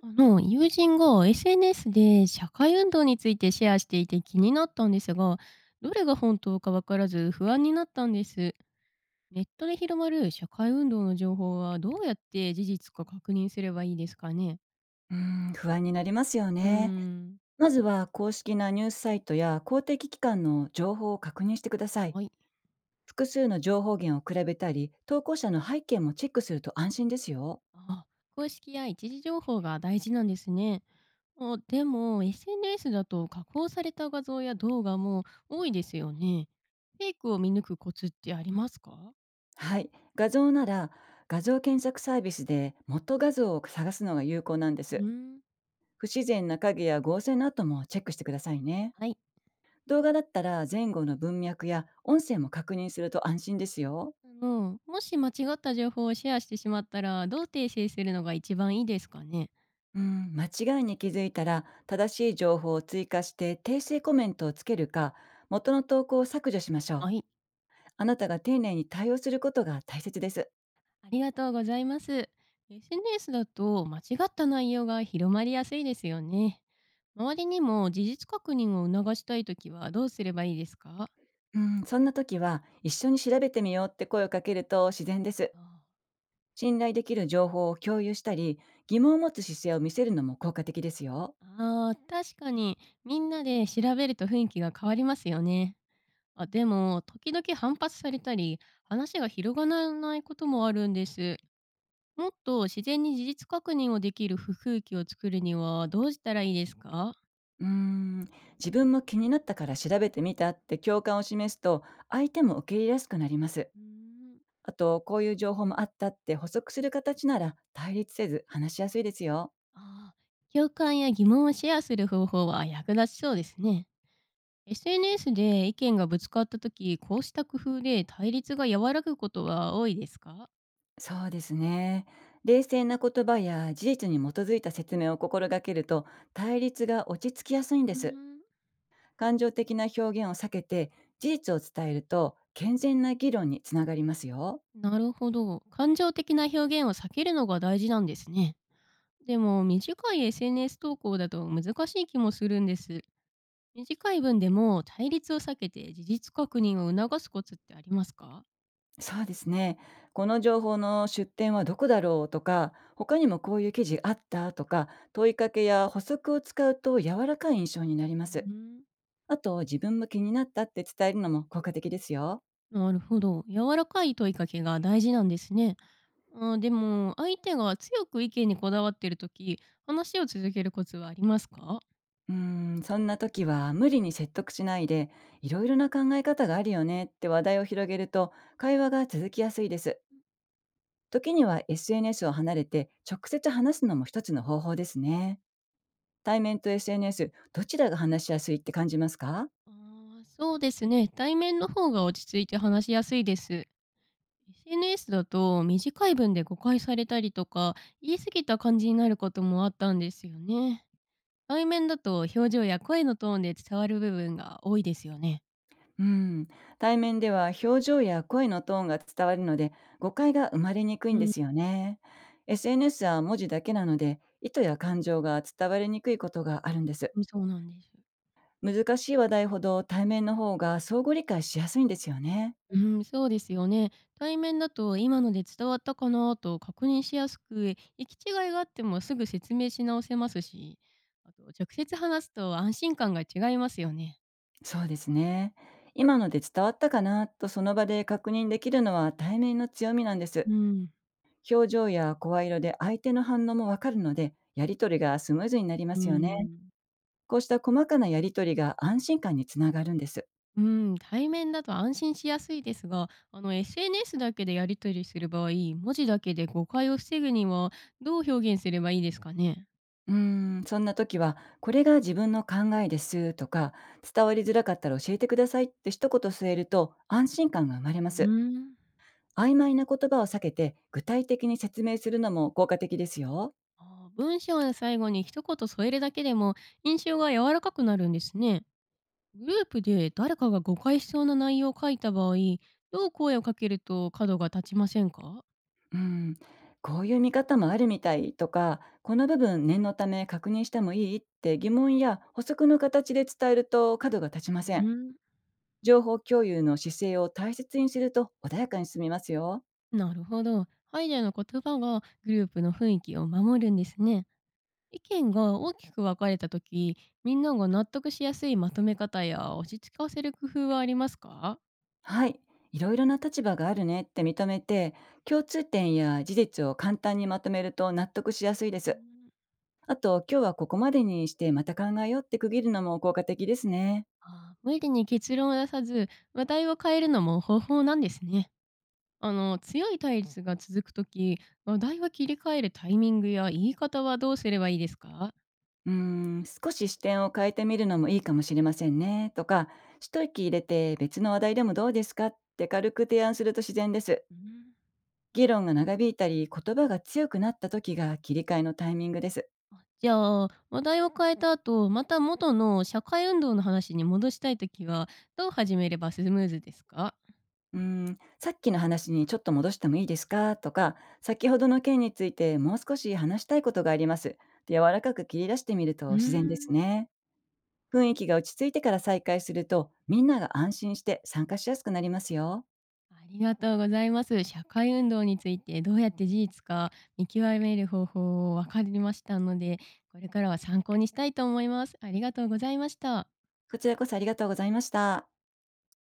友人が SNS で社会運動についてシェアしていて気になったんですが、どれが本当かわからず不安になったんです。ネットで広まる社会運動の情報はどうやって事実か確認すればいいですかね？うーん、不安になりますようーね。ん。まずは公式なニュースサイトや公的機関の情報を確認してください。はい。複数の情報源を比べたり、投稿者の背景もチェックすると安心ですよ。あ、公式や一時情報が大事なんですね。あでも、SNS だと加工された画像や動画も多いですよね。フェイクを見抜くコツってありますか？はい。画像なら画像検索サービスで元画像を探すのが有効なんでうーす。ん。不自然な影や合成の跡もチェックしてくださいね。はい。動画だったら前後の文脈や音声も確認すると安心ですよ。もし間違った情報をシェアしてしまったら、どう訂正するのが一番いいですかね？うん、間違いに気づいたら正しい情報を追加して訂正コメントをつけるか元の投稿を削除しましょう。はい、あなたが丁寧に対応することが大切です。ありがとうございます。SNS だと間違った内容が広まりやすいですよね。周りにも事実確認を促したいときはどうすればいいですか？うん、そんな時は一緒に調べてみようって声をかけると自然です。信頼できる情報を共有したり、疑問を持つ姿勢を見せるのも効果的ですよ。ああー、確かにみんなで調べると雰囲気が変わりますよね。あでも、時々反発されたり、話が広がらないこともあるんです。もっと自然に事実確認をできる不風気を作るにはどうしたらいいですか？うーん、自分も気になったから調べてみたって共感を示すと相手も受け入れやすくなります。うーん。あと、こういう情報もあったって補足する形なら対立せず話しやすいですよ。あー、共感や疑問をシェアする方法は役立ちそうですね。SNS で意見がぶつかった時、こうした工夫で対立が和らぐことは多いですか？そうですね。冷静な言葉や事実に基づいた説明を心がけると対立が落ち着きやすいんでうーす。ん。感情的な表現を避けて事実を伝えると健全な議論につながりますよ。なるほど。感情的な表現を避けるのが大事なんですね。でも短い SNS 投稿だと難しい気もするんです。短い文でも対立を避けて事実確認を促すコツってありますか？そうですね。この情報の出典はどこだろうとか、他にもこういう記事あったとか、問いかけや補足を使うと柔らかい印象になりまうす。ん。あと、自分も気になったって伝えるのも効果的ですよ。なるほど。柔らかい問いかけが大事なんですね。あーでも、相手が強く意見にこだわっているとき、話を続けるコツはありますか？うーん、そんな時は無理に説得しないで、いろいろな考え方があるよねって話題を広げると、会話が続きやすいです。時には SNS を離れて直接話すのも一つの方法ですね。対面と SNS、どちらが話しやすいって感じますか？あーそうですね。対面の方が落ち着いて話しやすいです。SNS だと短い文で誤解されたりとか、言い過ぎた感じになることもあったんですよね。対面だと表情や声のトーンで伝わる部分が多いですよね。うん、対面では表情や声のトーンが伝わるので誤解が生まれにくいうんでん、すよね。SNS は文字だけなので意図や感情が伝わりにくいことがあるんです。うん、そうなんです。難しい話題ほど対面の方が相互理解しやすいんですよね。うん、そうですよね。対面だと今ので伝わったかなと確認しやすく、行き違いがあってもすぐ説明し直せますし、あと直接話すと安心感が違いますよね。そうですね。今ので伝わったかなとその場で確認できるのは対面の強みなんでうす。ん、表情や声色で相手の反応もわかるのでやりとりがスムーズになりまうすよね。ん、こうした細かなやりとりが安心感につながるんです。うん、対面だと安心しやすいですが、あの SNS だけでやり取りする場合、文字だけで誤解を防ぐにはどう表現すればいいですかね？うーん、そんな時は、これが自分の考えですとか、伝わりづらかったら教えてくださいって一言添えると安心感が生まれうます。ーん。曖昧な言葉を避けて具体的に説明するのも効果的ですよ。あー文章の最後に一言添えるだけでも印象が柔らかくなるんですね。グループで誰かが誤解しそうな内容を書いた場合、どう声をかけると角が立ちませんか？うん、こういう見方もあるみたいとか、この部分念のため確認してもいいって疑問や補足の形で伝えると角が立ちませうん。ん、情報共有の姿勢を大切にすると穏やかに進みますよ。なるほど。ハイデアの言葉がグループの雰囲気を守るんですね。意見が大きく分かれた時、みんなが納得しやすいまとめ方や落ち着かせる工夫はありますか？はい。いろいろな立場があるねって認めて、共通点や事実を簡単にまとめると納得しやすいでうす。ん。あと、今日はここまでにしてまた考えようって区切るのも効果的ですね。あー無理に結論を出さず、話題を変えるのも方法なんですね。あの強い対立が続くとき、話題は切り替えるタイミングや言い方はどうすればいいですか？うーん、少し視点を変えてみるのもいいかもしれませんね、とか、一息入れて別の話題でもどうですかって軽く提案すると自然です。うん、議論が長引いたり、言葉が強くなった時が切り替えのタイミングです。あじゃあ話題を変えた後また元の社会運動の話に戻したいときはどう始めればスムーズですか？うーん、さっきの話にちょっと戻してもいいですかとか、先ほどの件についてもう少し話したいことがあります。で柔らかく切り出してみるうとー自然ですんね。雰囲気が落ち着いてから再開すると、みんなが安心して参加しやすくなりますよ。ありがとうございます。社会運動についてどうやって事実か見極める方法を分かりましたのでこれからは参考にしたいと思います。ありがとうございました。こちらこそありがとうございました。